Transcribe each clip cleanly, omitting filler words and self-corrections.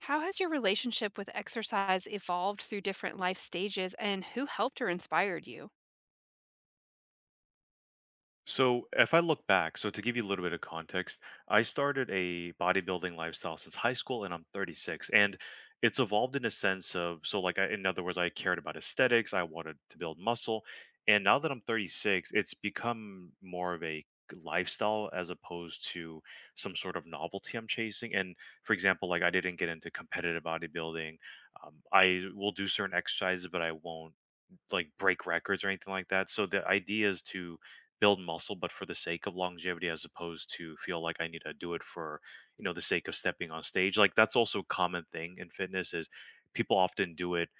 How has your relationship with exercise evolved through different life stages, and who helped or inspired you? So if I look back, so to give you a little bit of context, I started a bodybuilding lifestyle since high school and I'm 36, and it's evolved in a sense of so like I, in other words I cared about aesthetics, I wanted to build muscle, and now that I'm 36, it's become more of a lifestyle as opposed to some sort of novelty I'm chasing. And for example like I didn't get into competitive bodybuilding. I will do certain exercises but I won't like break records or anything like that. So the idea is to build muscle, but for the sake of longevity, as opposed to feel like I need to do it for, the sake of stepping on stage. Like that's also a common thing in fitness is people often do it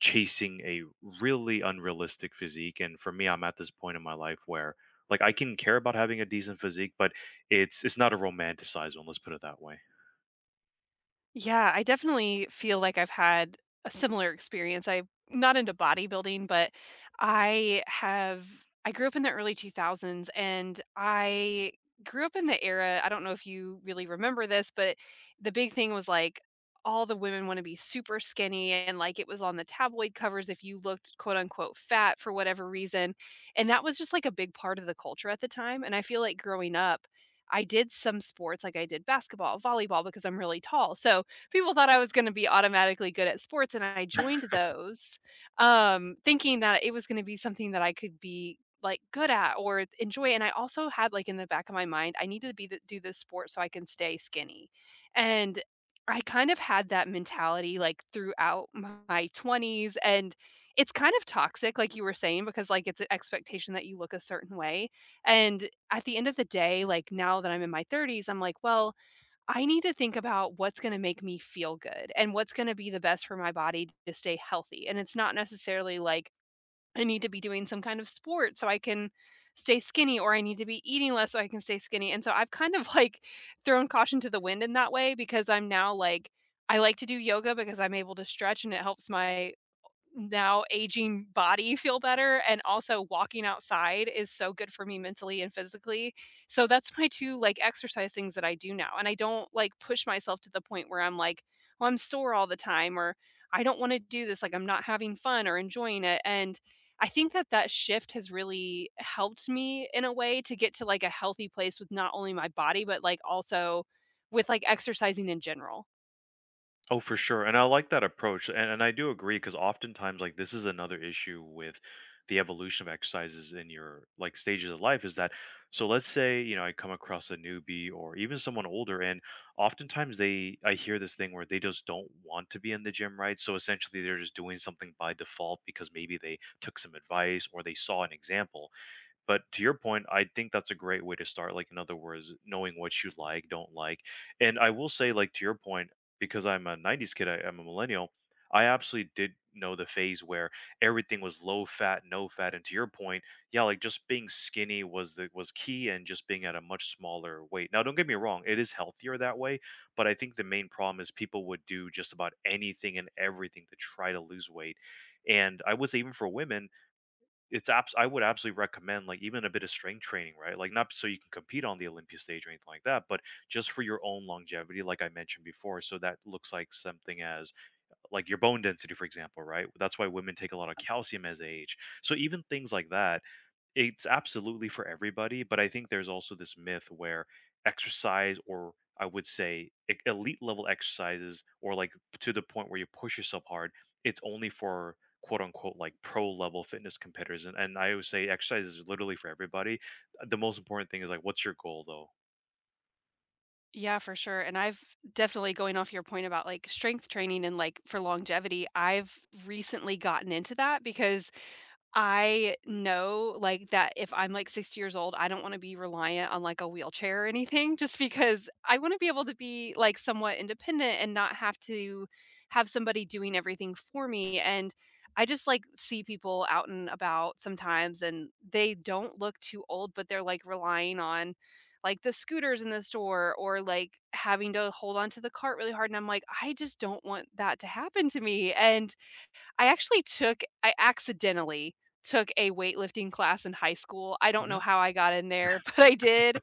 chasing a really unrealistic physique. And for me, I'm at this point in my life where like I can care about having a decent physique, but it's not a romanticized one, let's put it that way. Yeah, I definitely feel like I've had a similar experience. I'm not into bodybuilding, but I grew up in the early 2000s and I grew up in the era. I don't know if you really remember this, but the big thing was like all the women want to be super skinny, and like it was on the tabloid covers if you looked quote unquote fat for whatever reason. And that was just like a big part of the culture at the time. And I feel like growing up, I did some sports, like I did basketball, volleyball, because I'm really tall. So people thought I was going to be automatically good at sports, and I joined those, thinking that it was going to be something that I could be like good at or enjoy. And I also had like in the back of my mind, I need to do this sport so I can stay skinny, and I kind of had that mentality like throughout my 20s, and it's kind of toxic like you were saying, because like it's an expectation that you look a certain way. And at the end of the day, like now that I'm in my 30s, I'm like, well, I need to think about what's gonna make me feel good and what's gonna be the best for my body to stay healthy, and it's not necessarily like I need to be doing some kind of sport so I can stay skinny or I need to be eating less so I can stay skinny. And so I've kind of, like, thrown caution to the wind in that way, because I'm now, like, I like to do yoga because I'm able to stretch and it helps my now aging body feel better, and also walking outside is so good for me mentally and physically. So that's my 2, like, exercise things that I do now, and I don't, like, push myself to the point where I'm like, "Well, I'm sore all the time," or "I don't wanna do this," like, I'm not having fun or enjoying it. And I think that that shift has really helped me in a way to get to, like, a healthy place with not only my body, but, like, also with, like, exercising in general. Oh, for sure. And I like that approach. And, I do agree because oftentimes, like, this is another issue with the evolution of exercises in your like stages of life is that so let's say you know I come across a newbie or even someone older, and oftentimes they I hear this thing where they just don't want to be in the gym, right? So essentially they're just doing something by default because maybe they took some advice or they saw an example, but to your point, I think that's a great way to start. Like, in other words, knowing what you like, don't like. And I will say, like, to your point, because I'm a 90s kid, I'm a millennial, I absolutely did know the phase where everything was low fat, no fat. And to your point, yeah, like just being skinny was the was key, and just being at a much smaller weight. Now, don't get me wrong, it is healthier that way, but I think the main problem is people would do just about anything and everything to try to lose weight. And I would say even for women, it's abs I would absolutely recommend, like, even a bit of strength training, right? Like, not so you can compete on the Olympia stage or anything like that, but just for your own longevity, like I mentioned before. So that looks like something as like your bone density, for example, right? That's why women take a lot of calcium as they age. So even things like that, it's absolutely for everybody, but I think there's also this myth where exercise or I would say elite level exercises or like to the point where you push yourself hard, it's only for quote unquote like pro level fitness competitors. And, I always say exercise is literally for everybody. The most important thing is like, what's your goal though? Yeah, for sure. And I've definitely going off your point about like strength training and like for longevity, I've recently gotten into that because I know, like, that if I'm, like, 60 years old, I don't wanna be reliant on, like, a wheelchair or anything just because I wanna be able to be, like, somewhat independent and not have to have somebody doing everything for me. And I just, like, see people out and about sometimes, and they don't look too old, but they're, like, relying on, like, the scooters in the store or, like, having to hold on to the cart really hard, and I'm like, "I just don't want that to happen to me." And I accidentally took a weightlifting class in high school. I don't Mm-hmm. know how I got in there, but I did.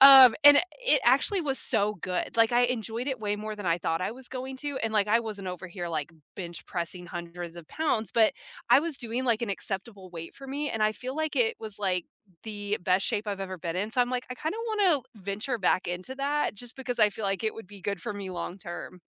And it actually was so good. Like, I enjoyed it way more than I thought I was going to. And like I wasn't over here like bench pressing hundreds of pounds, but I was doing like an acceptable weight for me. And I feel like it was like the best shape I've ever been in. So I'm like, I kind of want to venture back into that just because I feel like it would be good for me long term.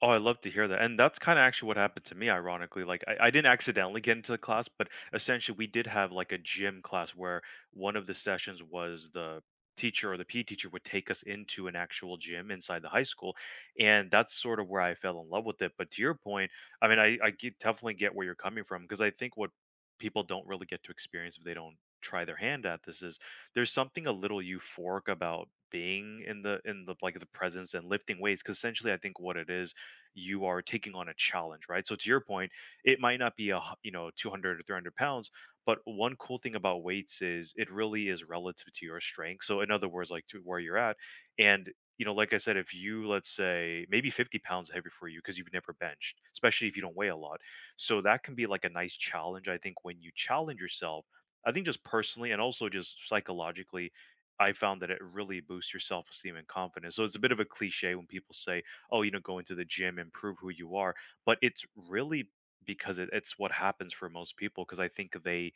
Oh, I love to hear that. And that's kinda actually what happened to me, ironically. Like, I didn't accidentally get into the class, but essentially, we did have, like, a gym class where one of the sessions was the teacher or the PE teacher would take us into an actual gym inside the high school, and that's sort of where I fell in love with it. But to your point, I mean, I get definitely get where you're coming from because I think what people don't really get to experience if they don't try their hand at this is there's something a little euphoric about being in the, like, the presence and lifting weights. Because essentially, I think what it is you are taking on a challenge, right? So to your point, it might not be a you know 200 or 300 pounds, but one cool thing about weights is it really is relative to your strength. So in other words, like to where you're at, and you know, like I said, if you let's say maybe 50 pounds heavy for you because you've never benched, especially if you don't weigh a lot, so that can be like a nice challenge. I think when you challenge yourself, I think just personally and also just psychologically, I found that it really boosts your self esteem and confidence. So it's a bit of a cliche when people say oh, you know, go into the gym and prove who you are. But it's really because it's what happens for most people because I think they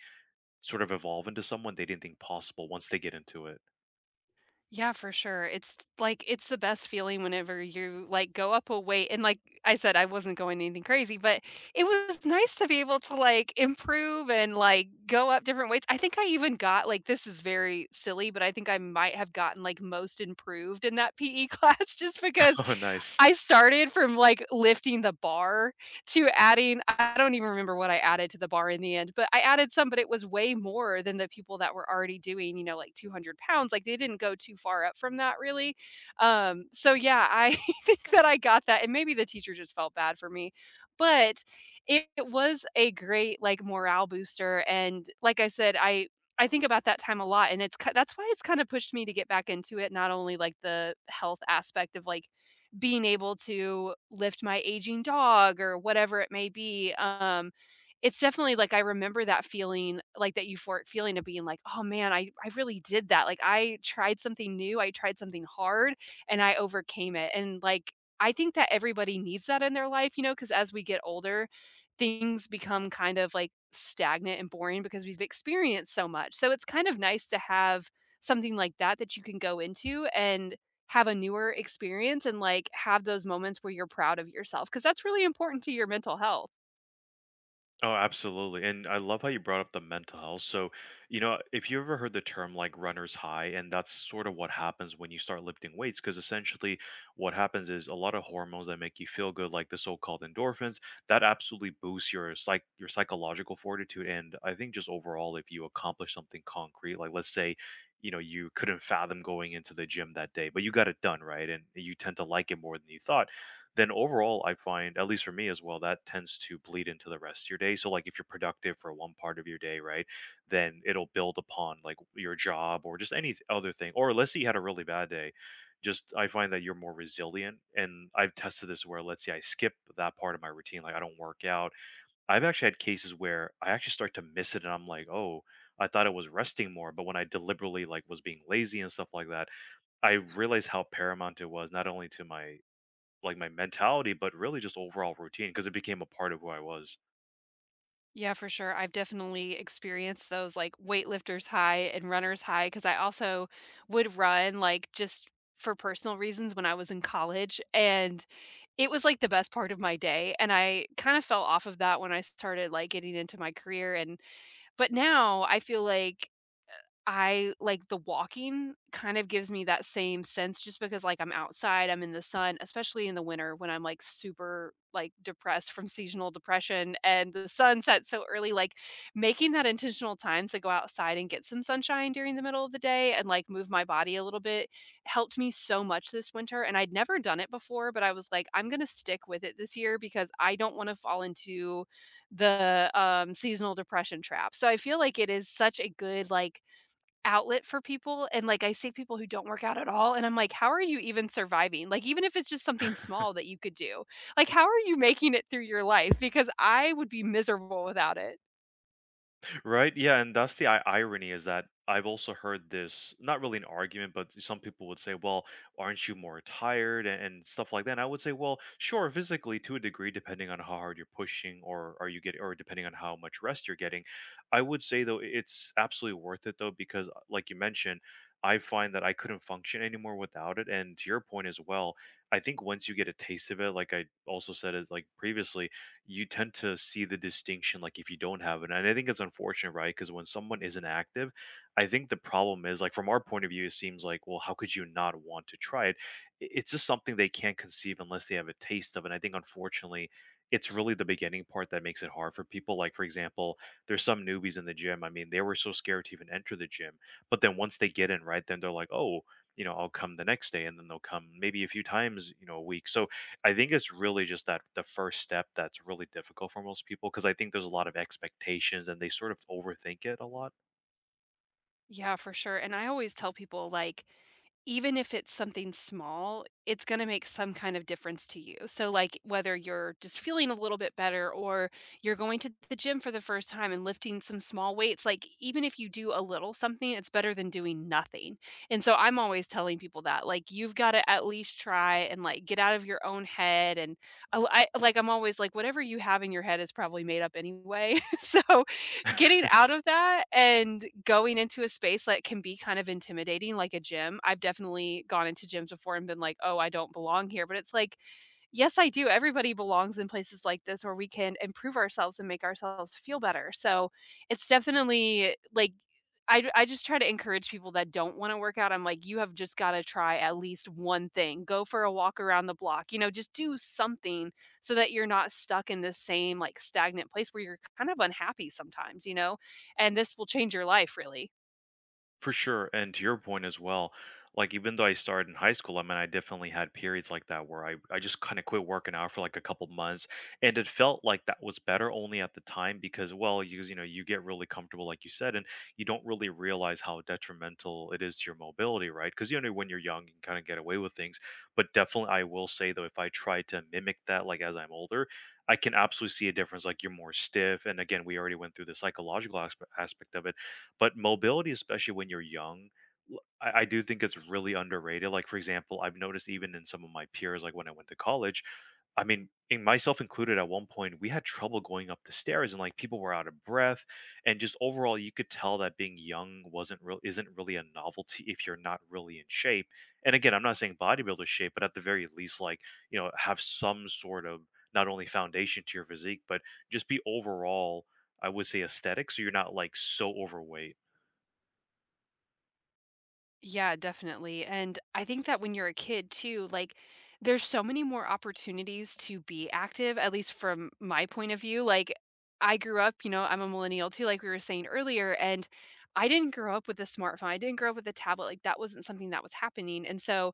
sort of evolve into someone they didn't think possible once they get into it. Yeah, for sure. It's like it's the best feeling whenever you like go up a weight, and like I said, I wasn't going anything crazy, but it was nice to be able to like improve and like go up different weights. I think I even got like, this is very silly, but I think I might have gotten like most improved in that PE class, just because Oh, nice. I started from, like, lifting the bar to adding, I don't even remember what I added to the bar in the end, but I added some, but it was way more than the people that were already doing, you know, like, 200 pounds. Like, they didn't go too far up from that really. So yeah, I think that I got that, and maybe the teacher just felt bad for me, but it was a great, like, morale booster, and like I said, I think about that time a lot, and it's ki that's why it's kinda pushed me to get back into it, not only, like, the health aspect of, like, being able to lift my aging dog or whatever it may be. It's definitely like I remember that feeling, like that euphoric feeling of being like, oh man, I really did that. Like, I tried something new, I tried something hard, and I overcame it. And like, I think that everybody needs that in their life, you know, because as we get older, things become kind of like stagnant and boring because we've experienced so much. So it's kind of nice to have something like that that you can go into and have a newer experience, and, like, have those moments where you're proud of yourself because that's really important to your mental health. Oh, absolutely. And I love how you brought up the mental health. So, you know, if you ever heard the term like runner's high, and that's sort of what happens when you start lifting weights, because essentially what happens is a lot of hormones that make you feel good, like the so-called endorphins, that absolutely boosts your psych your psychological fortitude. And I think just overall, if you accomplish something concrete, like let's say, you know, you couldn't fathom going into the gym that day, but you got it done, right? And you tend to like it more than you thought, then overall I find, at least for me as well, that tends to bleed into the rest of your day. So like if you're productive for one part of your day, right, then it'll build upon like your job or just any other thing. Or let's say you had a really bad day. Just I find that you're more resilient. And I've tested this where let's say I skip that part of my routine, like I don't work out. I've actually had cases where I actually start to miss it and I'm like, oh, I thought I was resting more, but when I deliberately like was being lazy and stuff like that, I realized how paramount it was not only to my my mentality, but really just overall routine because it became a part of who I was. Yeah, for sure. I've definitely experienced those, like, weightlifter's high and runner's high, because I also would run, like, just for personal reasons when I was in college, and it was, like, the best part of my day, and I kinda fell off of that when I started, like, getting into my career. And but now I feel like I like the walking kind of gives me that same sense, just because like I'm outside, I'm in the sun, especially in the winter when I'm like super like depressed from seasonal depression and the sun sets so early. Like, making that intentional time to go outside and get some sunshine during the middle of the day and like move my body a little bit helped me so much this winter. And I'd never done it before, but I was like, I'm gonna stick with it this year because I don't want to fall into the seasonal depression trap. So I feel like it is such a good like outlet for people. And, like, I see people who don't work out at all, and I'm like, "How are you even surviving?" Like, even if it's just something small that you could do, like, how are you making it through your life? Because I would be miserable without it. Right? Yeah, and that's the irony is that I've also heard this, not really an argument, but some people would say, "Well, aren't you more tired?" and stuff like that. And I would say, "Well, sure, physically to a degree, depending on how hard you're pushing, or are you getting, or depending on how much rest you're getting." I would say though, it's absolutely worth it though, because like you mentioned, I find that I couldn't function anymore without it. And to your point as well, I think once you get a taste of it, like I also said, as like previously you tend to see the distinction like if you don't have it. And I think it's unfortunate, right? Because when someone isn't active, I think the problem is like from our point of view it seems like, well, how could you not want to try it? It's just something they can't conceive unless they have a taste of it. And I think unfortunately it's really the beginning part that makes it hard for people. Like for example, there's some newbies in the gym, I mean, they were so scared to even enter the gym, but then once they get in, right, then they're like, oh, you know, I'll come the next day, and then they'll come maybe a few times, you know, a week. So I think it's really just that the first step that's really difficult for most people, because I think there's a lot of expectations and they sort of overthink it a lot. Yeah, for sure. And I always tell people, like, even if it's something small, it's gonna make some kind of difference to you. So, like, whether you're just feeling a little bit better or you're going to the gym for the first time and lifting some small weights, like, even if you do a little something, it's better than doing nothing. And so I'm always telling people that, like, you've gotta at least try and, like, get out of your own head. And I'm always like, whatever you have in your head is probably made up anyway. So getting out of that and going into a space that can be kind of intimidating, like a gym. I've definitely gone into gyms before and been like, "Oh, I don't belong here," but it's like, yes, I do. Everybody belongs in places like this where we can improve ourselves and make ourselves feel better. So it's definitely like I just try to encourage people that don't want to work out. I'm like, you have just got to try at least one thing. Go for a walk around the block, you know, just do something so that you're not stuck in this same like stagnant place where you're kind of unhappy sometimes, you know, and this will change your life really. For sure, and to your point as well, like, even though I started in high school, I mean, I definitely had periods like that where I just kinda quit working out for, like, a couple months, and it felt like that was better only at the time because, well, you know, you get really comfortable, like you said, and you don't really realize how detrimental it is to your mobility, right? Because you know, when you're young, you can kinda get away with things, but definitely, I will say, though, if I try to mimic that, like, as I'm older, I can absolutely see a difference, like, you're more stiff, and again, we already went through the psychological aspect of it. But mobility, especially when you're young, l I do think it's really underrated, like, for example, I've noticed even in some of my peers, like, when I went to college, I mean, in myself included, at one point, we had trouble going up the stairs and, like, people were out of breath, and just overall, you could tell that being young wasn't real isn't really a novelty if you're not really in shape, and again, I'm not saying bodybuilder shape, but at the very least, like, you know, have some sort of not only foundation to your physique, but just be overall, I would say, aesthetic, so you're not, like, so overweight. Yeah, definitely. And I think that when you're a kid too, like, there's so many more opportunities to be active, at least from my point of view. Like, I grew up, you know, I'm a millennial too, like we were saying earlier, and I didn't grow up with a smartphone. I didn't grow up with a tablet. Like, that wasn't something that was happening. And so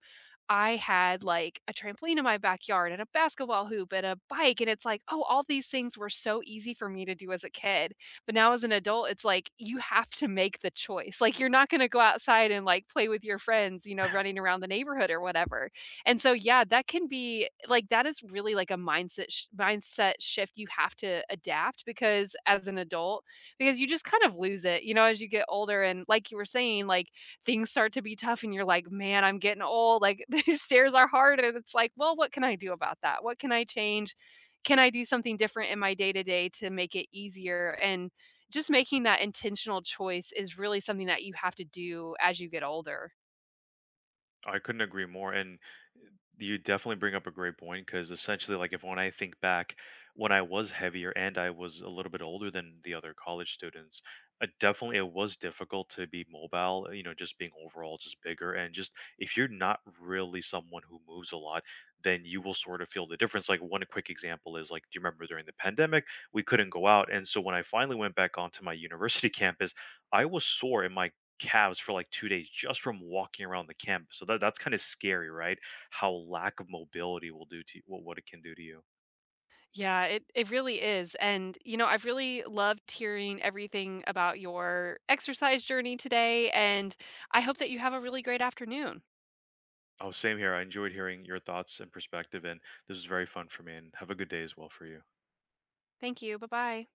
I had like a trampoline in my backyard and a basketball hoop and a bike. And it's like, oh, all these things were so easy for me to do as a kid. But now as an adult, it's like you have to make the choice. Like, you're not going to go outside and like play with your friends, you know, running around the neighborhood or whatever. And so yeah, that can be like, that is really like a mindset shift you have to adapt because as an adult, because you just kind of lose it, you know, as you get older. And like you were saying, like things start to be tough and you're like, "Man, I'm getting old. Like, these stairs are hard." And it's like, "Well, what can I do about that? What can I change?" Can I do something different in my day to day to make it easier? And just making that intentional choice is really something that you have to do as you get older. I couldn't agree more. And eh, you definitely bring up a great point because essentially, like, if when I think back when I was heavier and I was a little bit older than the other college students, definitely it was difficult to be mobile, you know, just being overall just bigger. And just if you're not really someone who moves a lot, then you will sort of feel the difference. Like, one quick example is like, do you remember during the pandemic, we couldn't go out? And so when I finally went back onto my university campus, I was sore in my calves for like 2 days just from walking around the camp. So that's kind of scary, right? How lack of mobility will do to you, what it can do to you. Yeah, it really is, and, you know, I've really loved hearing everything about your exercise journey today, and I hope that you have a really great afternoon. Oh, same here. I enjoyed hearing your thoughts and perspective, and this was very fun for me. And have a good day as well for you. Thank you, bye-bye.